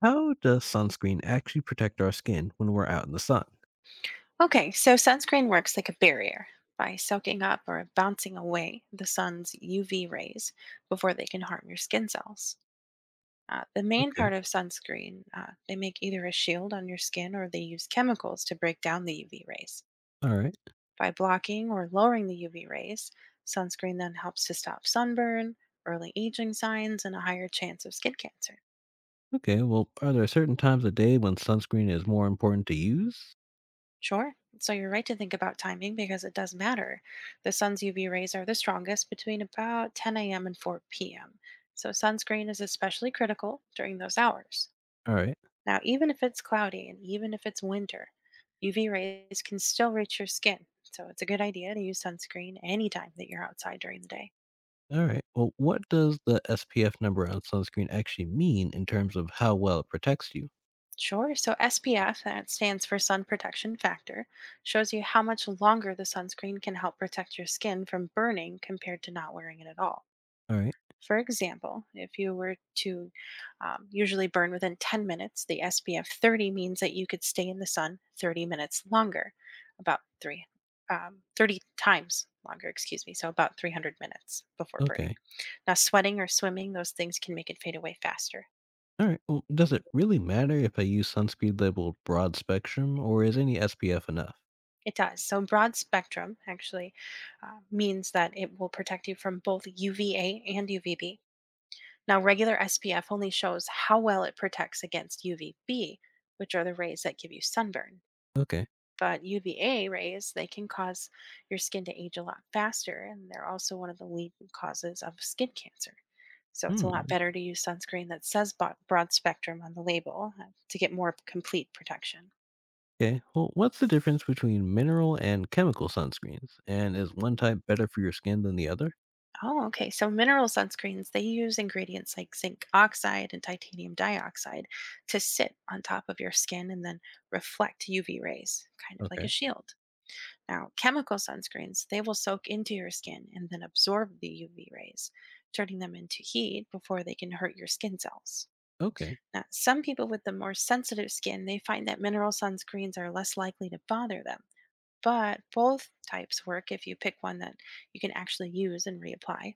How does sunscreen actually protect our skin when we're out in the sun? Okay, so sunscreen works like a barrier by soaking up or bouncing away the sun's UV rays before they can harm your skin cells. The main part Okay. of sunscreen, they make either a shield on your skin or they use chemicals to break down the UV rays. All right. By blocking or lowering the UV rays, sunscreen then helps to stop sunburn, early aging signs, and a higher chance of skin cancer. Okay. Well, are there certain times of day when sunscreen is more important to use? Sure. So you're right to think about timing because it does matter. The sun's UV rays are the strongest between about 10 a.m. and 4 p.m. So sunscreen is especially critical during those hours. All right. Now, even if it's cloudy and even if it's winter, UV rays can still reach your skin. So it's a good idea to use sunscreen anytime that you're outside during the day. All right. Well, what does the SPF number on sunscreen actually mean in terms of how well it protects you? Sure. So SPF, that stands for sun protection factor, shows you how much longer the sunscreen can help protect your skin from burning compared to not wearing it at all. All right. For example, if you were to usually burn within 10 minutes, the SPF 30 means that you could stay in the sun 30 minutes longer, about three, 30 times longer, excuse me, so about 300 minutes before burning. Okay. Now, sweating or swimming, those things can make it fade away faster. All right. Well, does it really matter if I use sunscreen labeled broad spectrum or is any SPF enough? It does. So, broad spectrum actually means that it will protect you from both UVA and UVB. Now, regular SPF only shows how well it protects against UVB, which are the rays that give you sunburn. Okay. But UVA rays, they can cause your skin to age a lot faster, and they're also one of the leading causes of skin cancer. So it's a lot Hmm. better to use sunscreen that says broad spectrum on the label to get more complete protection. Okay. Well, what's the difference between mineral and chemical sunscreens? And is one type better for your skin than the other? Oh, okay. So mineral sunscreens, they use ingredients like zinc oxide and titanium dioxide to sit on top of your skin and then reflect UV rays, kind of like a Okay. shield. Now, chemical sunscreens, they will soak into your skin and then absorb the UV rays, turning them into heat before they can hurt your skin cells. Okay. Now, some people with the more sensitive skin, they find that mineral sunscreens are less likely to bother them. But both types work if you pick one that you can actually use and reapply.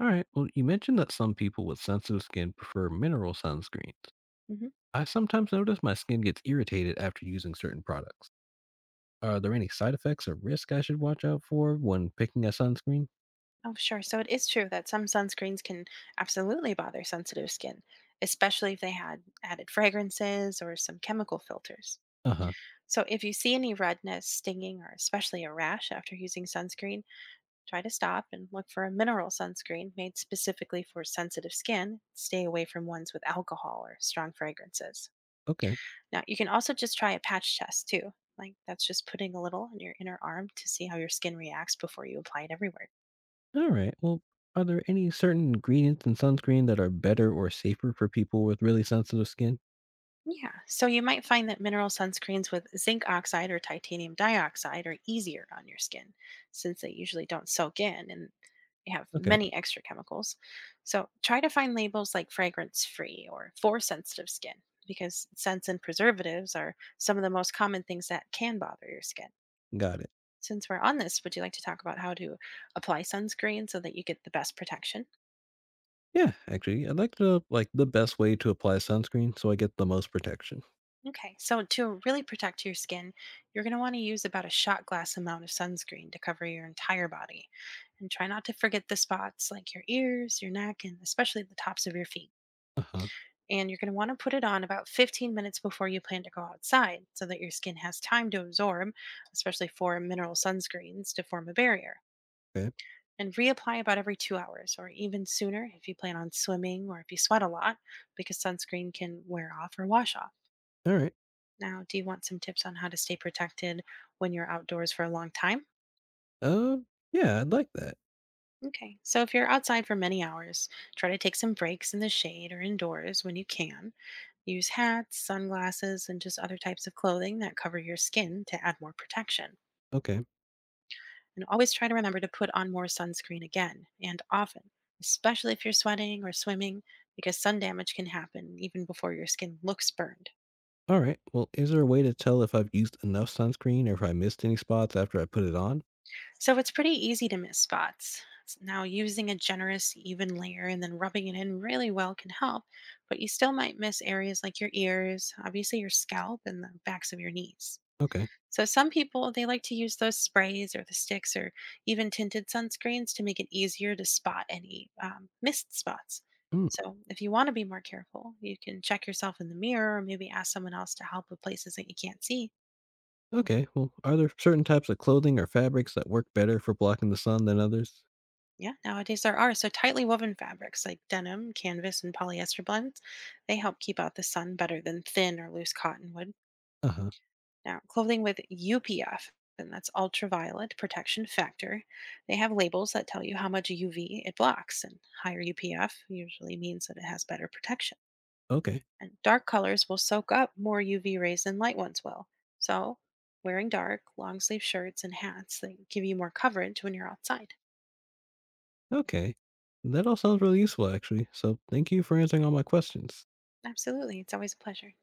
All right. Well, you mentioned that some people with sensitive skin prefer mineral sunscreens. Mm-hmm. I sometimes notice my skin gets irritated after using certain products. Are there any side effects or risk I should watch out for when picking a sunscreen? Oh, sure. So it is true that some sunscreens can absolutely bother sensitive skin, especially if they had added fragrances or some chemical filters. Uh huh. So if you see any redness, stinging, or especially a rash after using sunscreen, try to stop and look for a mineral sunscreen made specifically for sensitive skin. Stay away from ones with alcohol or strong fragrances. Okay. Now, you can also just try a patch test too. Like that's just putting a little on your inner arm to see how your skin reacts before you apply it everywhere. All right. Well, are there any certain ingredients in sunscreen that are better or safer for people with really sensitive skin? Yeah, so you might find that mineral sunscreens with zinc oxide or titanium dioxide are easier on your skin since they usually don't soak in and they have Okay. many extra chemicals. So try to find labels like fragrance free or for sensitive skin because scents and preservatives are some of the most common things that can bother your skin. Got it. Since we're on this, would you like to talk about how to apply sunscreen so that you get the best protection? Yeah, actually, I'd like to know, like the best way to apply sunscreen so I get the most protection. Okay, so to really protect your skin, you're going to want to use about a shot glass amount of sunscreen to cover your entire body. And try not to forget the spots like your ears, your neck, and especially the tops of your feet. Uh huh. And you're going to want to put it on about 15 minutes before you plan to go outside so that your skin has time to absorb, especially for mineral sunscreens, to form a barrier. Okay. And reapply about every 2 hours or even sooner if you plan on swimming or if you sweat a lot, because sunscreen can wear off or wash off. All right. Now, do you want some tips on how to stay protected when you're outdoors for a long time? Uh, yeah, I'd like that. Okay, so if you're outside for many hours, try to take some breaks in the shade or indoors when you can. Use hats, sunglasses, and just other types of clothing that cover your skin to add more protection. Okay. And always try to remember to put on more sunscreen again and often, especially if you're sweating or swimming, because sun damage can happen even before your skin looks burned. All right. Well, is there a way to tell if I've used enough sunscreen or if I missed any spots after I put it on? So it's pretty easy to miss spots. Now, using a generous, even layer and then rubbing it in really well can help, but you still might miss areas like your ears, obviously your scalp, and the backs of your knees. Okay. So some people they like to use those sprays or the sticks or even tinted sunscreens to make it easier to spot any missed spots. Mm. So if you want to be more careful, you can check yourself in the mirror or maybe ask someone else to help with places that you can't see. Okay. Well, are there certain types of clothing or fabrics that work better for blocking the sun than others? Yeah, nowadays there are. So tightly woven fabrics like denim, canvas, and polyester blends, they help keep out the sun better than thin or loose cotton would. Uh huh. Now, clothing with UPF, and that's ultraviolet protection factor, they have labels that tell you how much UV it blocks, and higher UPF usually means that it has better protection. Okay. And dark colors will soak up more UV rays than light ones will. So, wearing dark, long sleeve shirts and hats, they give you more coverage when you're outside. Okay. That all sounds really useful, actually. So thank you for answering all my questions. Absolutely. It's always a pleasure.